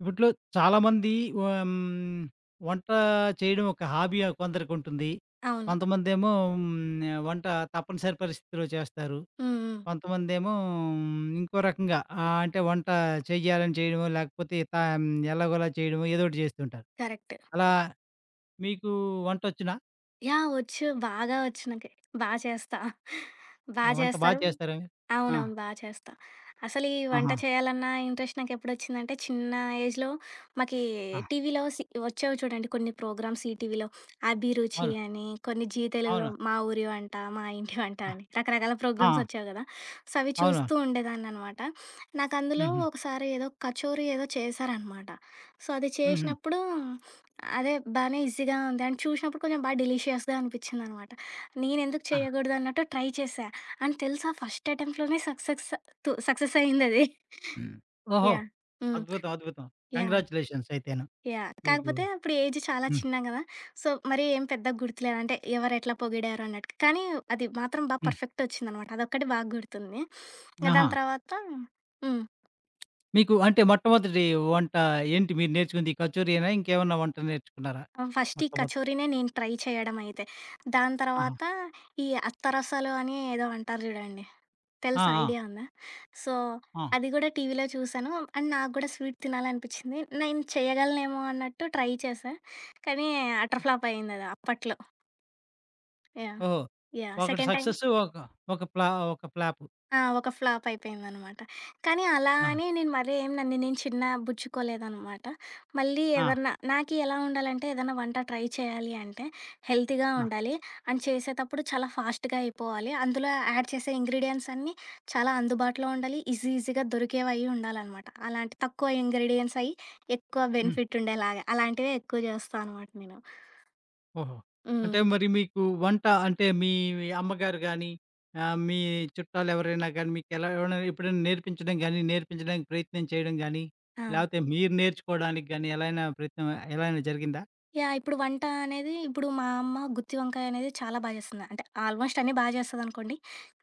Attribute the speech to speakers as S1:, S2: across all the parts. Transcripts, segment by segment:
S1: ఇప్పట్లో చాలామంది వ- మ్, వంట చేయడం ఒక హాబీ కొందరికి ఉంటుంది.
S2: అవును.
S1: కొంతమంది ఏమో వంట తప్పనిసరి పరిస్థితిలో చేస్తారు.
S2: హ్మ్. హ్మ్.
S1: కొంతమంది ఏమో ఇంకో రకంగా అంటే వంట చేయాలని చేయడమో లేకపోతే ఎలాగోలా చేయడమో ఏదో ఒకటి చేస్తుంటారు.
S2: కరెక్ట్.
S1: అలా మీకు వంట వచ్చినా
S2: యాహ్! వచ్చు. బాగా వచ్చు నాకి. బా చేస్తా. బా
S1: వంట బాగా
S2: చేస్తారు.
S1: చేస్తారా మీరు? ఆ,
S2: అవునవును. బా చేస్తా. అసలు ఈ వంట
S1: ఆహా,
S2: చేయాలన్న ఇంట్రెస్ట్ నాకెప్పుడొచ్చిందంటే, చిన్న ఏజ్‌లో మాకీ
S1: ఆ,
S2: టీవీలో సి వచ్చేవి చూడండి, కొన్ని ప్రోగ్రామ్స్ ఈటీవీలో. 'అభిరుచి'
S1: అవును
S2: అని, కొన్ని జీ తెలుగులో
S1: అవును,
S2: 'మా ఊరి వంట', 'మా ఇంటి వంట'
S1: ఆ,
S2: అని రకరకాల
S1: ఆ,
S2: ప్రోగ్రామ్స్ వచ్చేవి గదా! సో, అవి
S1: అవును,
S2: చూస్తూ ఉండేదాన్ననమాట. నాకందులో
S1: ఉహు,
S2: ఒకసారి ఏదో కచోరీ ఏదో చేశారనమాట. సో, అది
S1: ఉహు,
S2: చేసినప్పుడు అదే బానే ఈజీగా ఉంది. అండ్ చూసినప్పుడు కొంచెం బా డెలీషియస్‌గా అనిపిచ్చిందనమాట. నేనెందుకు
S1: ఆ.
S2: చేయగూడదన్నట్టు ట్రై చేశా. అండ్ తెలుసా, ఫస్ట్ అటెంప్ట్‌లోనే సక్సెక్స్ తు సక్సెస్ అయిందది.
S1: ఓహో,
S2: యాహ్! హ్మ్.
S1: అద్భుతం అద్భుతం,
S2: యాహ్!
S1: కంగ్రాచులేషన్స్ అయితే
S2: యాహ్!
S1: మీకు.
S2: కాకపోతే అప్పుడు ఏజ్ చాలా
S1: హ్మ్.
S2: చిన్న గదా! సో, మరి ఏం పెద్దగా గుర్తులేదు. అంటే ఎవరెట్లా పొగిడారు అన్నట్టు. కానీ అది మాత్రం బా
S1: హ్మ్.
S2: పర్ఫెక్ట్ వచ్చిందనమాట. అదొక్కటి బాగా గుర్తుంది. ఇంక
S1: ఆహా!
S2: దాని తర్వాత హ్మ్.
S1: మీకు అంటే మొట్టమొదటి వంట ఏంటి మీరు నేర్చుకుంది? కచోరీయేనా? ఇంకేమన్నా వంట నేర్చుకున్నారా?
S2: ఫస్ట్ ఈ
S1: మొట్టమొదటి.
S2: కచోరీనే నేను ట్రై చేయడమయితే. దాని
S1: ఆహా!
S2: తర్వాత ఈ అత్తరసాలు అని ఏదో అంటారు జూడండి.
S1: ఆ!
S2: తెలుసు.
S1: ఆ!
S2: ఐడియా ఉందా? సో,
S1: ఆ!
S2: అది గూడా టీవీలో చూసాను. అండ్ నాకు గూడా స్వీట్ తినాలనిపిచ్చింది. నేను చేయగలనేమో అన్నట్టు ట్రై చేశా. కానీ అటర్ ఫ్లాప్ అయిందది అప్పట్లో. యాహ్!
S1: ఓహో!
S2: యాహ్!
S1: ఒకటి
S2: సెకండ్ టైమ్
S1: సక్సెస్, ఒక ఒక ప్లా, ఒక ఫ్లాపు.
S2: ఆ! ఒక ఫ్లాప్ అయిపోయిందనమాట. కానీ అలా
S1: ఆహా!
S2: అని నేను మరీ ఏం నన్ను నేను చిన్న బుచ్చుకోలేదనమాట. మళ్ళీ
S1: ఆ!
S2: ఏదన్నా నాకి ఎలా ఉండాలంటే, ఏదన్నా వంట ట్రై చేయాలి అంటే హెల్తీగా
S1: ఆ!
S2: ఉండాలి. అండ్ చేసేటప్పుడు చాలా ఫాస్ట్‌గా అయిపోవాలి. అందులో యాడ్ చేసే ఇంగ్రీడియెంట్స్ అన్నీ చాలా అందుబాటులో ఉండాలి. ఈజీ ఈజీగా దొరికేవయ్యి ఉండాలనమాట. అలాంటి తక్కువ ఇంగ్రీడియెంట్స్ అయ్యి ఎక్కువ
S1: హ్మ్.
S2: బెనిఫిట్ ఉండేలాగా అలాంటివే ఎక్కువ చేస్తా అనమాట నేను.
S1: ఓహో!
S2: హ్మ్.
S1: అంటే మరి మీకు వంట అంటే మీ అమ్మగారు గాని, ఆహ్, మీ చుట్టాలు ఎవరైనా గాని మీకెలా ఎవరైనా ఎప్పుడైనా నేర్పించడం గాని, నేర్పించడానికి ప్రయత్నం చేయడం గాని,
S2: ఆ!
S1: లేపోతే మీరు నేర్చుకోవడానికి గాని ఎలా అయినా ప్రయత్నం, ఎలా అయినా జరిగిందా?
S2: యాహ్! ఇప్పుడు వంట అనేది మా అమ్మ గుత్తి వంకాయ అనేది చాలా బా చేస్తుంది. అంటే ఆల్మోస్ట్ అన్నీ బా చేస్తదనుకోండి.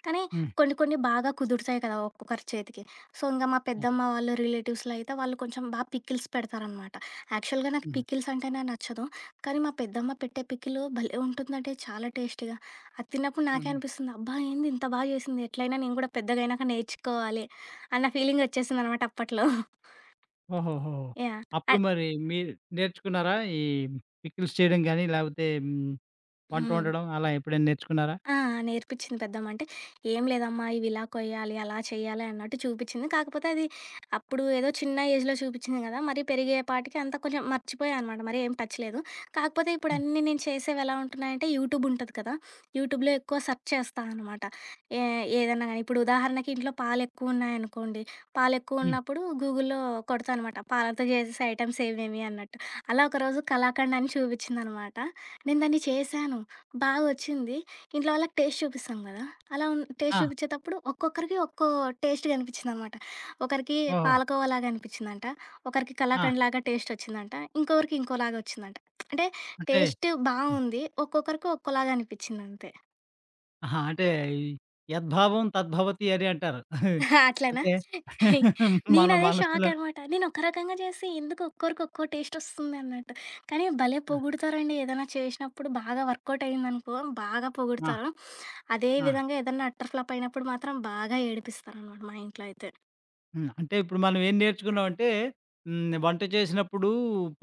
S2: కానీ
S1: హ్మ్.
S2: కొన్ని కొన్ని బాగా కుదురుతాయి కదా! ఒక్కొక్కరి చేతికి. సో, ఇంక మా పెద్దమ్మ వాళ్ళు రిలేటివ్స్‌లో అయితే వాళ్ళు కొంచెం బా పికిల్స్ పెడతారనమాట. యాక్చువల్‌గా నాకు
S1: హ్మ్.
S2: పికిల్స్ అంటేనే నచ్చదు. కానీ మా పెద్దమ్మ పెట్టే పికిలు భలే ఉంటుందంటే, చాలా టేస్టీగా. అది తిన్నప్పుడు నాకే
S1: హుహు.
S2: అనిపిస్తుంది. అబ్బా! ఏంది ఇంత బా చేసింది. ఎట్లైనా నేను కూడా పెద్దగయినాక నేర్చుకోవాలి అన్న ఫీలింగ్ వచ్చేసిందనమాట అప్పట్లో.
S1: ఓహోహో!
S2: యాహ్!
S1: అప్పుడు
S2: అన్
S1: మరి మీరు నేర్చుకున్నారా? ఈ పికిల్స్ చేయడం గాని, లేపోతే హ్మ్, వంట
S2: హ్మ్.
S1: వండడం అలా ఎప్పుడైనా నేర్చుకున్నారా?
S2: ఆ! నేర్పించింది పెద్దమ్మ. అంటే, "ఏం లేదమ్మా, ఇవిలా కొయ్యాలి, అలా చెయ్యాలి" అన్నట్టు చూపిచ్చింది. కాకపోతే అది అప్పుడు ఏదో చిన్న ఏజ్‌లో చూపిచ్చింది గదా! మరి పెరిగేపాటికి అంతా కొంచెం మర్చిపోయా అనమాట. మరి ఏం టచ్ లేదు. కాకపోతే
S1: హ్మ్.
S2: ఇప్పుడన్నీ నేను చేసేవెలా ఉంటున్నాయంటే, యూట్యూబ్ ఉంటది కదా! యూట్యూబ్‌లో ఎక్కువ సెర్చ్ చేస్తా అనమాట. ఏ ఏదన్నా గానీ ఇప్పుడు ఉదాహరణకి ఇంట్లో పాలెక్కువున్నాయనుకోండి,
S1: హ్మ్.
S2: పాలెక్కువున్నప్పుడు గూగుల్‌లో కొడతా అనమాట. పాలతో చేసే ఐటెమ్స్ ఏవేమి అన్నట్టు. అలా ఒకరోజు కలాకండ్ అని చూపిచ్చిందనమాట. నేను దాన్ని చేశాను. బాగొచ్చింది. ఇంట్లో వాళ్ళకి టేస్ట్ చూపిస్తాం కదా! అలా టేస్ట్
S1: ఆ!
S2: చూపిచ్చేతప్పుడు ఒక్కొక్కరికి ఒక్కో టేస్ట్ కనిపిచ్చిందనమాట. ఒకరికి
S1: ఓహో!
S2: పాలకోవలాగా అనిపిచ్చిందంట. ఒకరికి
S1: ఆ!
S2: కలాకండ్‌లాగా టేస్ట్ వచ్చిందంట. ఇంకొకరికి ఇంకోలాగా వచ్చిందంట. అంటే
S1: అంటే
S2: టేస్ట్ బావుంది. ఒక్కొక్కరికి ఒక్కోలాగా అనిపిచ్చింది అంతే.
S1: ఆహా! అంటే యద్భావం తద్భవతి అని అంటారు.
S2: అట్లనా?
S1: అంటే మన
S2: నేనదే షాక్
S1: మనసులో.
S2: అనమాట. నేను ఒక రకంగా చేసి ఎందుకు ఒక్కోరికి ఒక్కో టేస్ట్ వస్తుంది అన్నట్టు. కానీ భలే
S1: ఆ!
S2: పొగుడుతారండి, ఏదైనా చేసినప్పుడు బాగా వర్కౌట్ అయిందనుకో బాగా పొగుడుతారు. అదే
S1: ఆ!
S2: విధంగా ఏదన్నా అట్టర్ ఫ్లాప్ అయినప్పుడు మాత్రం బాగా ఏడిపిస్తారనమాట మా ఇంట్లో అయితే.
S1: హ్మ్. అంటే ఇప్పుడు మనం ఏం నేర్చుకున్నామంటే హ్మ్, వంట చేసినప్పుడు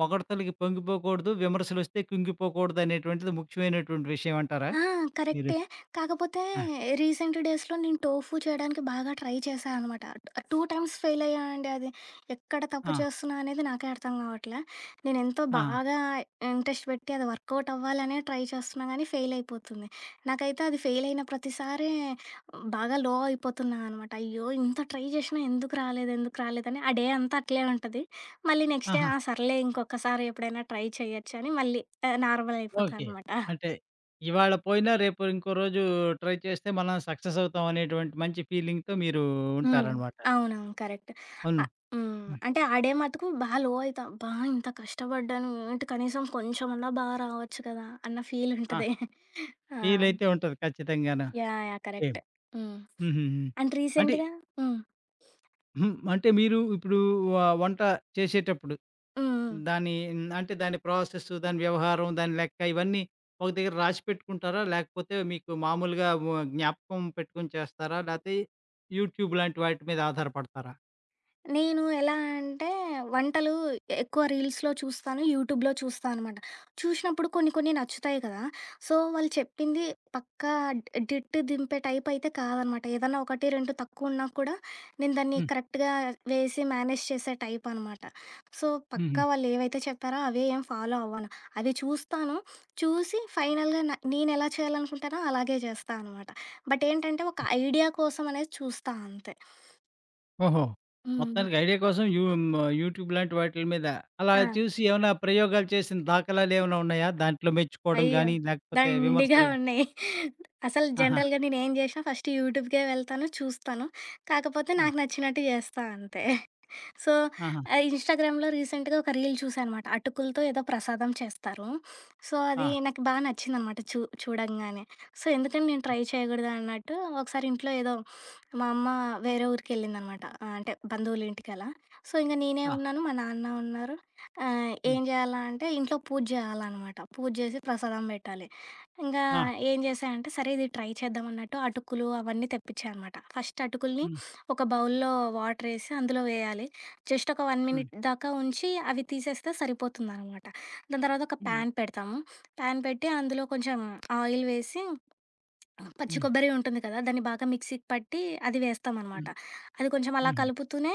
S1: పొగడ్తలకి పొంగిపోకూడదు, విమర్శలొస్తే కుంగిపోకూడదు అనేటువంటిది ముఖ్యమైనటువంటి విషయం అంటారా?
S2: ఆ!
S1: మీరు.
S2: కరెక్టే. కాకపోతే
S1: ఆ!
S2: రీసెంట్ డేస్‌లో నేను టోఫు చేయడానికి బాగా ట్రై చేశా అనమాట. 2 టైమ్స్ ఫెయిల్ అయ్యా అండి అది. ఎక్కడ తప్పు
S1: ఆ!
S2: చేస్తున్నా అనేది నాకే అర్థం కావట్లే. నేనెంతో
S1: ఆ!
S2: బాగా ఇంట్రెస్ట్ పెట్టి అది వర్కౌట్ అవ్వాలనే ట్రై చేస్తున్నా గానీ ఫెయిల్ అయిపోతుంది. నాకైతే అది ఫెయిల్ అయిన ప్రతిసారి బాగా లో అయిపోతున్నా అనమాట. అయ్యో! ఇంత ట్రై చేసినా ఎందుకు రాలేదు, ఎందుకు రాలేదని ఆ డే అంతా అట్లే ఉంటది. మళ్ళీ నెక్స్ట్ డే
S1: ఆహా!
S2: ఆ! సర్లే ఇంకొకసారి ఎప్పుడైనా ట్రై చేయొచ్చు అని మళ్ళీ నార్మల్ అయిపోతా
S1: ఓకే.
S2: అనమాట.
S1: అంటే ఇవాళ పోయినా రేపు ఇంకో రోజు ట్రై చేస్తే మనం సక్సెస్ అవుతాం అనేటువంటి మంచి ఫీలింగ్‌తో మీరు
S2: హ్మ్.
S1: ఉంటారనమాట.
S2: అవునవును. కరెక్ట్. అ
S1: అవును.
S2: హ్మ్.
S1: హ్మ్.
S2: అంటే ఆడే మటుకు బా లో అయితాం. అబ్బా! ఇంత కష్టపడ్డాను ఏంటి, కనీసం కొంచెమన్నా బాగా రావచ్చు కదా! అన్న ఫీల్
S1: ఆ!
S2: ఉంటది. ఆ!
S1: ఫీల్ అయితే ఉంటది ఖచ్చితంగాను.
S2: Yeah! Yeah! Correct.
S1: Same.
S2: Hmm.
S1: హుహుహు.
S2: అండ్
S1: అంటే
S2: రీసెంట్‌గా హ్మ్.
S1: హ్మ్. అంటే మీరు ఇప్పుడు వ వంట చేసేటప్పుడు
S2: హ్మ్. హ్మ్.
S1: దాని హ్మ్. అంటే దాని ప్రాసెస్, దాని వ్యవహారం, దాని లెక్క ఇవన్నీ ఒక దగ్గర రాసి పెట్టుకుంటారా? లేకపోతే మీకు మామూలుగా జ్ఞాపకం పెట్టుకొని చేస్తారా? లేతే యూట్యూబ్ లాంటి వాటి మీద ఆధారపడతారా?
S2: నేను ఎలా అంటే వంటలు ఎక్కువ రీల్స్‌లో చూస్తాను. యూట్యూబ్‌లో చూస్తా అనమాట. చూసినప్పుడు కొన్ని కొన్ని నచ్చుతాయి కదా! సో, వాళ్ళు చెప్పింది పక్కా డిట్టు దింపే టైప్ అయితే కాదనమాట. ఏదన్నా 1, 2 తక్కువున్నా కూడా నేను దాన్ని
S1: హ్మ్.
S2: కరెక్ట్‌గా వేసి మేనేజ్ చేసే టైప్ అనమాట. సో,
S1: హుహు.
S2: పక్కా వాళ్ళు ఏవైతే చెప్పారో అవే ఏం ఫాలో అవ్వను. అవి చూస్తాను. చూసి ఫైనల్‌గా నేనెలా చేయాలనుకుంటానో అలాగే చేస్తా అనమాట. బట్ ఏంటంటే ఒక ఐడియా కోసం అనేది చూస్తా అంతే.
S1: ఓహో!
S2: హ్మ్.
S1: మొత్తానికి ఐడియా కోసం హ్మ్, యూట్యూబ్ లాంటి వాటిల మీద అలా
S2: ఆ!
S1: చూసి ఏమైనా ప్రయోగాలు చేసిన దాఖలాలేమైనా ఉన్నాయా? దాంట్లో మెచ్చుకోవడం
S2: అయ్యో!
S1: గాని, లేకపోతే
S2: దండిగా
S1: విమర్శలు?
S2: ఉన్నాయి. అసలు
S1: ఆహా!
S2: జనరల్‌గా నేనేం జేసినా ఫస్ట్ యూట్యూబ్‌కే వెళ్తాను, చూస్తాను. కాకపోతే
S1: ఆ!
S2: నాకు నచ్చినట్టు జేస్తా అంతే. సో,
S1: ఆహా!
S2: ఇన్‌స్టాగ్రామ్‌లో రీసెంట్‌గా ఒక రీల్ చూసా అనమాట. అటుకులతో ఏదో ప్రసాదం చేస్తారు. సో, అది
S1: ఆ!
S2: నాకు బా నచ్చిందనమాట చూడంగానే. సో, ఎందుకని నేను
S1: హ్మ్.
S2: ట్రై చేయకూడదు అన్నట్టు ఒకసారి ఇంట్లో ఏదో మా అమ్మ వేరే ఊరికెళ్ళిందనమాట. అంటే బంధువుల ఇంటికలా. సో, ఇంక నేనే
S1: ఆ!
S2: ఉన్నాను, మా నాన్న ఉన్నారు.
S1: హ్మ్.
S2: ఏం చేయాలా అంటే ఇంట్లో పూజ చేయాలనమాట. పూజ చేసి ప్రసాదం పెట్టాలి. ఇంకా
S1: ఆ!
S2: ఏం చేశా అంటే, సరే ఇది ట్రై చేద్దాం అన్నట్టు అటుకులు అవన్నీ తెప్పించా అనమాట. ఫస్ట్ అటుకుల్ని
S1: హ్మ్.
S2: ఒక బౌల్‌లో వాటరేసి అందులో వేయాలి. జస్ట్ ఒక 1
S1: హ్మ్.
S2: మినిట్ దాకా ఉంచి అవి తీసేస్తే సరిపోతుందనమాట. దాని తర్వాత ఒక
S1: హ్మ్.
S2: ప్యాన్ పెడతాము. ప్యాన్ పెట్టి అందులో కొంచెం ఆయిల్ వేసి పచ్చి
S1: హ్మ్.
S2: కొబ్బరి ఉంటుంది కదా! దాన్ని బాగా మిక్సీకి పట్టి అది వేస్తామనమాట.
S1: హ్మ్.
S2: అది కొంచెం అలా
S1: హ్మ్. హ్మ్.
S2: కలుపుతూనే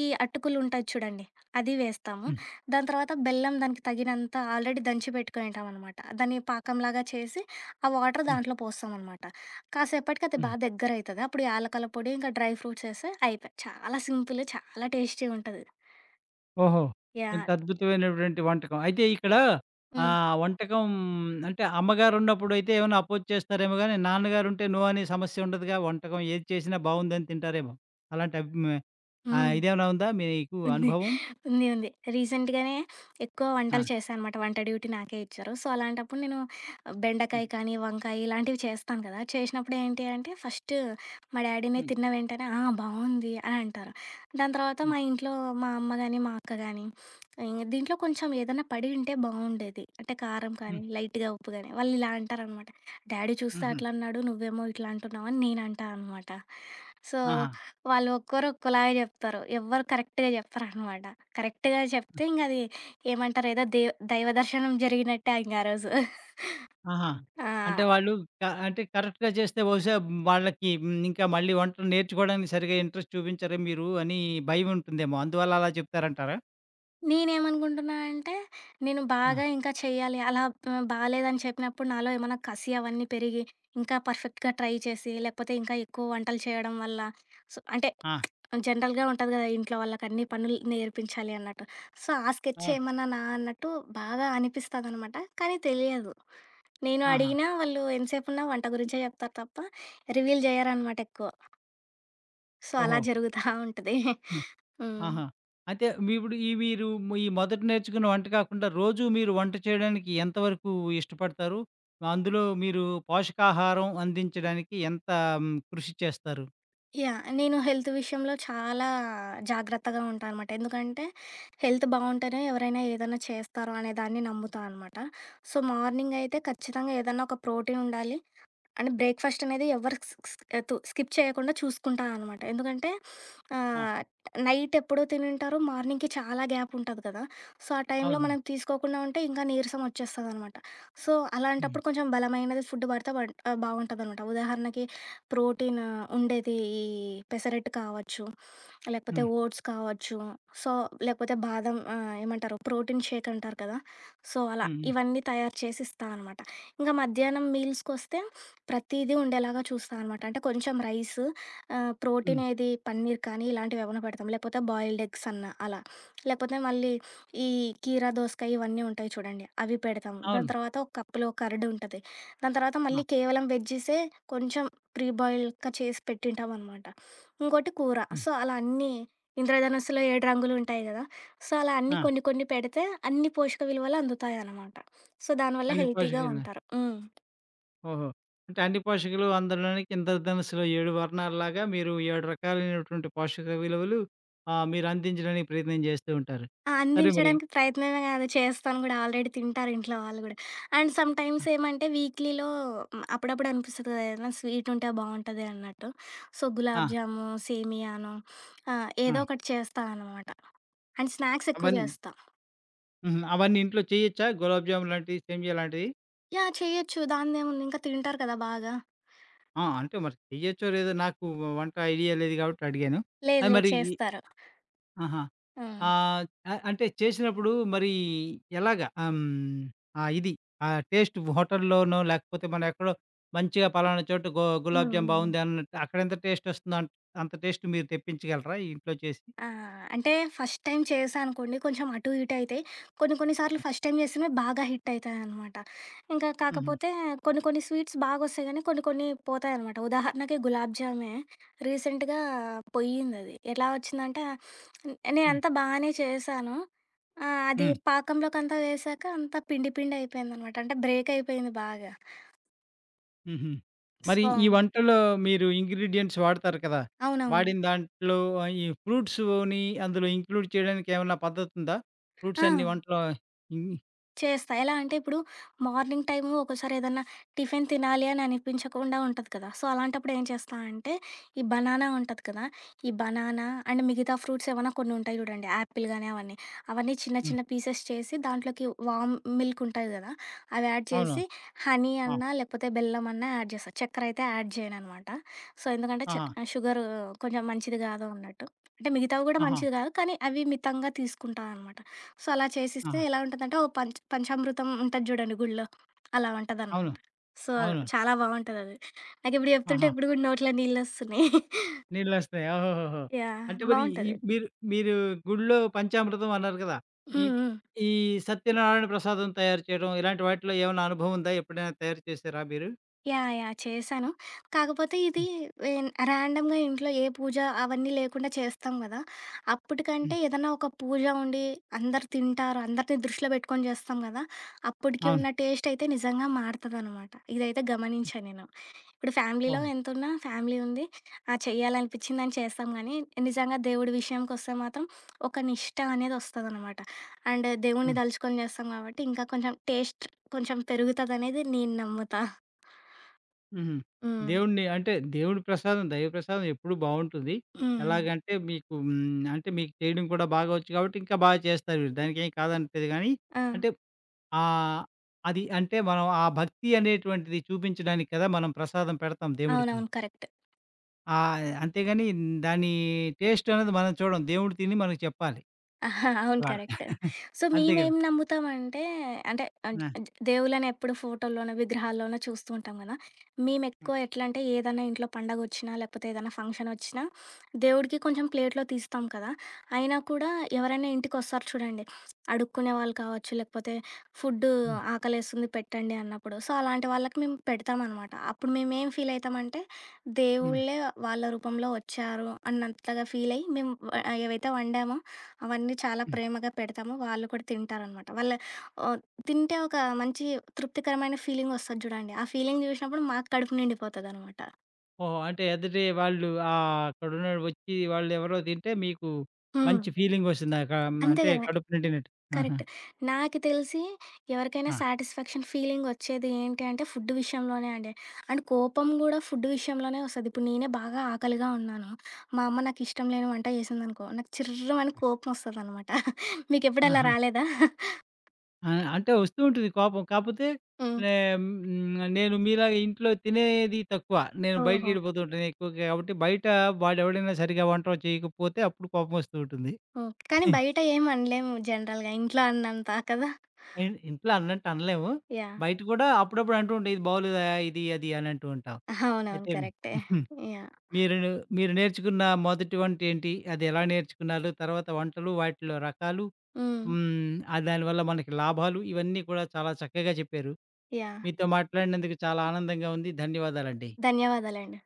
S2: ఈ అటుకులు ఉంటాయి చూడండి అది వేస్తాము.
S1: హ్మ్.
S2: దాని తర్వాత బెల్లం దానికి తగినంత ఆల్రెడీ దంచి పెట్టుకొనింటామనమాట. దాన్ని పాకంలాగా చేసి ఆ వాటర్
S1: హ్మ్.
S2: దాంట్లో పోస్తామనమాట. కాసేపటికి అది
S1: హ్మ్.
S2: బాగా దగ్గరయితది. అప్పుడు యాలకుల పొడి ఇంకా డ్రై ఫ్రూట్స్ ఏస్తే అయిపాయ్. చాలా సింపుల్, చాలా టేస్టీగుంటది.
S1: ఓహో! ఇంత
S2: యాహ్!
S1: అద్భుతమైనటువంటి వంటకం. అయితే ఇక్కడ
S2: హ్మ్.
S1: ఆహ్, వంటకం అంటే అమ్మగారున్నప్పుడైతే ఏమైనా అపోజ్ చేస్తారేమో గానీ, నాన్నగారుంటే నో అనే సమస్య ఉండదుగా. వంటకం ఏది చేసినా బావుందని తింటారేమో. అలాంటి అబ్ మే ఆహ్,
S2: హ్మ్.
S1: ఇదేమైనా ఉందా మీకు
S2: ఉంది.
S1: అనుభవం?
S2: ఉంది. ఉంది. రీసెంట్‌గానే ఎక్కువ
S1: ఆ!
S2: వంటలు చేశానన్నమాట. వంట డ్యూటీ నాకే ఇచ్చారు. సో, అలాంటప్పుడు నేను బెండకాయ
S1: హ్మ్.
S2: కానీ, వంకాయ ఇలాంటివి చేస్తాను కదా! చేసినప్పుడు ఏంటి అంటే, ఫస్ట్ మా డ్యాడీనే
S1: హ్మ్.
S2: తిన్న వెంటనే "ఆ! బావుంది" అని అంటారు. దాని తర్వాత
S1: హ్మ్.
S2: మా ఇంట్లో మా అమ్మ గాని, మా అక్క గాని ఇంగ దీంట్లో కొంచెం ఏదన్నా పడి ఉంటే బావుండేది. అంటే కారం
S1: హ్మ్.
S2: కానీ, లైట్‌గా ఉప్పు గాని వాళ్ళు ఇలా అంటారనమాట. "డ్యాడీ చూస్తే
S1: హుహు.
S2: అట్లా అన్నాడు. నువ్వేమో ఇట్లా అంటున్నావు" అని నేను అంటా అనమాట. సో,
S1: ఆహా!
S2: వాళ్ళు ఒక్కోరు ఒక్కోలాగా జెప్తారు. ఎవ్వరు కరెక్ట్‌గా జెప్పరనమాట. కరెక్ట్‌గా చెప్తే ఇంగది ఏమంటారు, ఏదో దైవ దర్శనం జరిగినట్టే ఇంగ ఆ రోజు.
S1: ఆహా!
S2: ఆ!
S1: అంటే వాళ్ళు అంటే కరెక్ట్‌గా చేస్తే బహుశా వాళ్ళకి హ్మ్, ఇంకా మళ్ళీ వంటలు నేర్చుకోవడానికి సరిగ్గా ఇంట్రెస్ట్ చూపించరే మీరు అని భయముంటుందేమో. అందువల్ల అలా చెప్తారంటారా?
S2: నేనేమనుకుంటున్నా అంటే, నేను
S1: ఆ!
S2: బాగా ఇంకా చెయ్యాలి అలా బాలేదని చెప్పినప్పుడు నాలో ఏమన్నా కసి అవన్నీ పెరిగి, ఇంకా పర్ఫెక్ట్‌గా ట్రై చేసి, లేకపోతే ఇంకా ఎక్కువ వంటలు చేయడం వల్ల సో, అంటే
S1: ఆ!
S2: జనరల్‌గా ఉంటది గదా! ఇంట్లో వాళ్ళకి అన్ని పనులు నేర్పించాలి అన్నట్టు. సో, ఆ స్కెచ్
S1: ఆ!
S2: ఏమన్నానా అన్నట్టు బాగా అనిపిస్తదనమాట. కానీ తెలియదు. నేను
S1: ఆహా!
S2: అడిగినా వాళ్ళు ఎంతసేపున్నా వంట గురించే చెప్తారు తప్ప, రివీల్ జేయరనమాట ఎక్కువ. సో, అలా
S1: ఓహో!
S2: జరుగుతా ఉంటది.
S1: హ్మ్.
S2: హ్మ్.
S1: ఆహా! అయితే మీ ఇప్పుడు ఈ మీరు ఈ మొదట నేర్చుకున్న వంట కాకుండా రోజు మీరు వంట చేయడానికి ఎంతవరకు ఇష్టపడతారు? అందులో మీరు పోషకాహారం అందించడానికి ఎంత హ్మ్, కృషి చేస్తారు?
S2: యాహ్! నేను హెల్త్ విషయంలో చాలా జాగ్రత్తగా ఉంటా అనమాట. ఎందుకంటే, హెల్త్ బావుంటేనే ఎవరైనా ఏదైనా చేస్తారు అనే దాన్ని నమ్ముతా అనమాట. సో, మార్నింగ్ అయితే ఖచ్చితంగా ఏదన్నా ఒక ప్రోటీన్ ఉండాలి. అంటే బ్రేక్‌ఫాస్ట్ అనేది ఎవ్వరు స్ స్ తు స్కిప్ చేయకుండా చూసుకుంటా అనమాట. ఎందుకంటే
S1: ఆ!
S2: ఆహ్, నైట్ ఎప్పుడో తినుంటారు. మార్నింగ్‌కి చాలా గ్యాప్ ఉంటది కదా! సో, ఆ టైంలో
S1: అవును.
S2: మనం తీసుకోకుండా ఉంటే ఇంకా నీరసం వచ్చేస్తదనమాట. సో,
S1: హ్మ్.
S2: అలాంటప్పుడు కొంచెం బలమైనది ఫుడ్ పడితే బావుంటదనమాట. ఉదాహరణకి ప్రోటీన్ ఉండేది ఈ పెసరట్టు కావచ్చు, లేకపోతే
S1: హ్మ్.
S2: ఓట్స్ కావచ్చు. సో, లేకపోతే బాదం ఏమంటారు ప్రోటీన్ షేక్ అంటారు కదా! సో, అలా
S1: హ్మ్. హ్మ్.
S2: ఇవన్నీ తయారు చేసి ఇస్తా అనమాట. ఇంకా మధ్యాహ్నం మీల్స్‌కొస్తే ప్రతీదీ ఉండేలాగా చూస్తా అనమాట. అంటే కొంచెం రైసు ప్రోటీన్
S1: హ్మ్.
S2: ఏది పన్నీర్ కానీ ఇలాంటివి ఏమన్నా పెడతాం. లేకపోతే బాయిల్డ్ ఎగ్స్ అన్నా అలా. లేకపోతే మళ్ళీ ఈ కీరా దోసకాయ ఇవన్నీ ఉంటాయి చూడండి అవి పెడతాం. దాని
S1: అవును.
S2: తర్వాత ఒక కప్పులో కర్డ్ ఉంటది. దాని తర్వాత
S1: ఆ!
S2: మళ్ళీ కేవలం వెజ్జీసే కొంచెం ప్రీ బాయిల్డ్‌గా చేసి పెట్టింటామనమాట. ఇంకోటి కూర.
S1: హ్మ్.
S2: సో, అలా అన్నీ ఇంద్రధనుస్సులో 7 రంగులు ఉంటాయి గదా! సో, అలా అన్నీ
S1: ఆ!
S2: కొన్ని కొన్ని పెడితే అన్ని పోషక విలువలు అందుతాయనమాట. సో, దానివల్ల
S1: అన్ని
S2: హెల్తీగా
S1: పోషకాలు.
S2: ఉంటారు. హ్మ్.
S1: ఓహో! అంటే అన్ని పోషకులు అందడానికి ఇంద్రధనుస్సులో 7 వర్ణాల్లాగా మీరు 7 రకాలైనటువంటి పోషక విలువలు ఆహ్, మీరు అందించడానికి ప్రయత్నం చేస్తూ ఉంటారు.
S2: ఆ!
S1: సరే మరి
S2: అందించడానికి ప్రయత్నమే కాదు చేస్తాను గూడా. ఆల్రెడీ తింటారు ఇంట్లో వాళ్ళు గూడా. అండ్
S1: ఆ!
S2: సమ్‌టైమ్స్ ఏమంటే వీక్లీలో హ్మ్, అప్పుడప్పుడు అనిపిస్తది కదా! ఏదైనా స్వీట్ ఉంటే బావుంటది అన్నట్టు. సో,
S1: ఆ!
S2: గులాబ్ జాము, సేమియానో
S1: ఆ!
S2: ఏదో ఒకటి చేస్తా అనమాట. అండ్ స్నాక్స్ ఎక్కువ
S1: అవన్
S2: చేస్తా.
S1: హుహు, అవన్నీ ఇంట్లో చేయొచ్చా? గులాబ్ జామ్ లాంటివి, సేమియా లాంటివి?
S2: యాహ్! చేయొచ్చు, దానిదేముంది. ఇంకా తింటారు కదా బాగా.
S1: ఆ! అంటే మరి చెయ్యొచ్చో లేదో నాకు వంట ఐడియా లేదు కాబట్టి అడిగాను.
S2: లేదు
S1: అది
S2: లేదు,
S1: మరి ఈ
S2: చేస్తారు.
S1: ఆహా!
S2: హ్మ్.
S1: ఆహ్, అంటే చేసినప్పుడు మరి ఎలాగా? ఆహ్, హ్మ్. ఆ ఇది ఆ టేస్ట్ హోటల్‌లోనో లేకపోతే మనం ఎక్కడో మంచిగా పలానా చోట
S2: హ్మ్.
S1: గులాబ్ జామ్
S2: హ్మ్.
S1: బావుంది అన్నట్టు అక్కడెంత టేస్ట్ వస్తుందో అంత టేస్ట్ మీరు తెప్పించగలరా ఈ ఇంట్లో చేసి?
S2: ఆ! అంటే ఫస్ట్ టైమ్ చేశా అనుకోండి కొంచెం అటు ఇటు అయితాయి. కొన్ని కొన్ని సార్లు
S1: హ్మ్.
S2: ఫస్ట్ టైమ్ చేసినవి బాగా హిట్ అయితాయనమాట. ఇంకా
S1: హుహు.
S2: కాకపోతే కొన్ని కొన్ని స్వీట్స్ బాగొస్తాయి గానీ, కొన్ని కొన్ని పోతాయనమాట. ఉదాహరణకి గులాబ్ జామే రీసెంట్‌గా పొయ్యిందది. ఎలా వచ్చిందంటే,
S1: హ్మ్.
S2: నేనంతా బానే చేశాను. ఆ! అది
S1: హ్మ్.
S2: పాకంలోకంతా వేశాక అంతా పిండి పిండి అయిపోయిందనమాట. అంటే బ్రేక్ అయిపోయింది బాగా.
S1: హుహు.
S2: సో,
S1: మరి ఈ వంటలో మీరు ఇంగ్రీడియెంట్స్ వాడతారు కదా!
S2: అవునవును.
S1: వాడిన దాంట్లో ఆహ్, ఈ ఫ్రూట్స్‌ని అందులో ఇంక్లూడ్ చేయడానికి ఏమన్నా పద్ధతుందా?
S2: ఆ!
S1: ఫ్రూట్స్ అన్ని వంటలో ఇన్
S2: చేస్తా. ఎలా అంటే ఇప్పుడు మార్నింగ్ టైము ఒక్కోసారి ఏదన్నా టిఫిన్ తినాలి అని అనిపించకుండా ఉంటది కదా! సో, అలాంటప్పుడు ఏం చేస్తా అంటే, ఈ బనానా ఉంటది కదా! ఈ బనానా అండ్ మిగతా ఫ్రూట్స్ ఏవన్నా కొన్ని ఉంటాయి చూడండి. యాపిల్ గాని అవన్నీ. అవన్నీ చిన్న
S1: హ్మ్.
S2: చిన్న పీసెస్ చేసి దాంట్లోకి మిల్క్ ఉంటది కదా! అవి యాడ్
S1: అవును.
S2: చేసి హనీ
S1: ఆ!
S2: అన్నా లేకపోతే బెల్లం అన్నా యాడ్ చేస్తా. చక్కెర అయితే యాడ్ చేయననమాట. సో, ఎందుకంటే
S1: ఆహా!
S2: షుగరు కొంచెం మంచిది కాదు అన్నట్టు. అంటే మిగతావి కూడా
S1: ఆహా!
S2: మంచిది కాదు. కానీ అవి మితంగా తీసుకుంటా అనమాట. సో, అలా చేసిస్తే
S1: ఆహా!
S2: ఎలా ఉంటదంటే, ఓ పంచామృతం ఉంటది జూడండి గుడిలో, అలా
S1: అవును.
S2: ఉంటదనమాట. సో,
S1: అవును.
S2: చాలా బావుంటదది. నాకిప్పుడు జెప్తుంటే
S1: ఆహా!
S2: ఇప్పుడు గూడా నోట్లో నీళ్ళొస్తున్నాయి.
S1: నీళ్ళొస్తాయి. ఓహోహోహో!
S2: యాహ్!
S1: అంటే మరి ఈ
S2: బావుంటది.
S1: మీరు మీరు గుడిలో పంచామృతం అన్నారు కదా! ఈ
S2: హ్మ్. హ్మ్.
S1: ఈ సత్యనారాయణ ప్రసాదం తయారు చేయడం ఇలాంటి వాటిలో ఏమన్నా అనుభవం ఉందా? ఎప్పుడైనా తయారు చేసారా మీరు?
S2: యాహ్! యాహ్! చేశాను. కాకపోతే ఇది
S1: హ్మ్.
S2: ర్యాండమ్‌గా ఇంట్లో ఏ పూజ అవన్నీ లేకుండా చేస్తాం గదా! అప్పటికంటే
S1: హ్మ్.
S2: ఏదన్నా ఒక పూజ ఉండి, అందరు తింటారు, అందరిని దృష్టిలో బెట్టుకొని జేస్తాం గదా! అప్పటికి
S1: అవును.
S2: ఉన్న టేస్టయితే నిజంగా మారతదనమాట. ఇదైతే గమనించా నేను. ఇప్పుడు ఫ్యామిలీలో
S1: ఓహ్!
S2: ఎంతున్నా ఫ్యామిలీ ఉంది. ఆ! చేయాలనిపించిందని చేస్తాం గానీ, నిజంగా దేవుడి విషయంకొస్తే మాత్రం ఒక నిష్ట అనేది ఒస్తదనమాట. అండ్ దేవుడిని దలుచుకొని చేస్తాం గాబట్టి, ఇంకా కొంచెం టేస్ట్ కొంచెం పెరుగుతదనేది నేను నమ్ముతా.
S1: హుహు.
S2: హ్మ్.
S1: దేవుడిని అంటే దేవుడి ప్రసాదం, దైవ ప్రసాదం ఎప్పుడూ బావుంటుంది.
S2: హ్మ్.
S1: ఎలాగంటే మీకు హ్మ్, అంటే మీకు చేయడం కూడా బాగా వచ్చు కాబట్టి ఇంకా బాగా చేస్తారు మీరు. దానికేం కాదనట్లేదు గానీ,
S2: ఆ!
S1: అంటే ఆహ్, అది అంటే మనం ఆ భక్తి అనేటువంటిది చూపించడానికి కదా మనం ప్రసాదం పెడతాం దేవుడికి.
S2: అవునవును. కరెక్ట్.
S1: ఆహ్, అంతేగాని దాని టేస్ట్ అనేది మనం చూడం. దేవుడు తిని మనకు చెప్పాలి
S2: అహా! అవును.
S1: ఇవాళ.
S2: కరెక్ట్. సో,
S1: అంతే కదా!
S2: మేమేం నమ్ముతామంటే, అంటే అన్
S1: ఆ!
S2: జ్ దేవుళ్ళని ఎప్పుడు ఫోటోల్లోనో, విగ్రహాల్లోనో చూస్తూ ఉంటాం గదా!
S1: హ్మ్.
S2: మేమెక్కువ ఎట్లా అంటే ఏదన్నా ఇంట్లో పండగొచ్చినా, లేకపోతే ఏదైనా ఫంక్షనొచ్చినా దేవుడికి కొంచెం ప్లేట్‌లో తీస్తాం కదా! అయినా కూడా ఎవరైనా ఇంటికొస్తారు చూడండి. అడుక్కునే వాళ్ళు కావచ్చు, లేకపోతే ఫుడ్డు
S1: హ్మ్.
S2: ఆకలేస్తుంది పెట్టండి అన్నప్పుడు. సో, అలాంటి వాళ్ళకి మేము పెడతామనమాట. అప్పుడు మేమేం ఫీలయితామంటే,
S1: హ్మ్.
S2: దేవుళ్ళే వాళ్ళ రూపంలో వచ్చారు అన్నంతగా ఫీలయ్యి మేము ఏవైతే వండామో అవన్నీ చాలా ప్రేమగా పెడతాము. వాళ్ళు కూడా తింటారనమాట. వాళ్ళ ఆహ్, తింటే ఒక మంచి తృప్తికరమైన ఫీలింగ్ వస్తది చూడండి. ఆ ఫీలింగ్ చూసినప్పుడు మాకు కడుపు నిండిపోతదనమాట.
S1: ఓహో! అంటే ఎదుటి వాళ్ళు ఆహ్, అక్కడున్న వచ్చి వాళ్ళెవరో తింటే మీకు
S2: హ్మ్.
S1: మంచి ఫీలింగొస్తుంది.
S2: అంతే
S1: అంటే
S2: కదా!
S1: కడుపు నిండినట్టు. ఆహా!
S2: కరెక్ట్. నాకు తెలిసి ఎవరికైనా
S1: ఆ!
S2: సాటిస్ఫాక్షన్ ఫీలింగ్ వచ్చేది ఏంటి అంటే ఫుడ్ విషయంలోనే అండి. అండ్ కోపం గూడా ఫుడ్ విషయంలోనే వస్తది. ఇప్పుడు నేనే బాగా ఆకలిగా ఉన్నాను. మా అమ్మ నాకు ఇష్టం లేని వంట చేసిందనుకో, నాకు చిర్రుమని కోపం వస్తదనమాట. మీకెప్పుడు అలా
S1: ఆహా!
S2: రాలేదా?
S1: ఆ! అంటే వస్తూ ఉంటుంది కోపం. కాపోతే
S2: హ్మ్.
S1: నే హ్మ్, నేను మీలాగా ఇంట్లో తినేది తక్కువ. నేను
S2: ఓహో!
S1: బయటికెళ్ళిపోతూ ఉంటాను ఎక్కువగా. కాబట్టి బయట వాడెవడైనా సరిగ్గా వంట చేయకపోతే అప్పుడు కోపం వస్తూ ఉంటుంది.
S2: ఓకే. కానీ బయట ఏం అనలేము జనరల్‌గా. ఇంట్లో అన్నంత కదా!
S1: ఇంట్లో అన్నట్టు అనలేము.
S2: యాహ్!
S1: బయట కూడా అప్పుడప్పుడు అంటూ ఉంటాం. ఇది బాగోలేదా ఇది, అది అని అంటూ ఉంటాం.
S2: అవునవును.
S1: అయితే
S2: కరెక్టే. యాహ్!
S1: మీరు మీరు నేర్చుకున్న మొదటి వంట ఏంటి? అది ఎలా నేర్చుకున్నారు? తర్వాత వంటలు, వాటిలో రకాలు,
S2: హ్మ్.
S1: హ్మ్, ఆ దానివల్ల మనకి లాభాలు ఇవన్నీ కూడా చాలా చక్కగా చెప్పారు.
S2: యాహ్!
S1: మీతో మాట్లాడినందుకు చాలా ఆనందంగా ఉంది. ధన్యవాదాలండి.
S2: ధన్యవాదాలండి.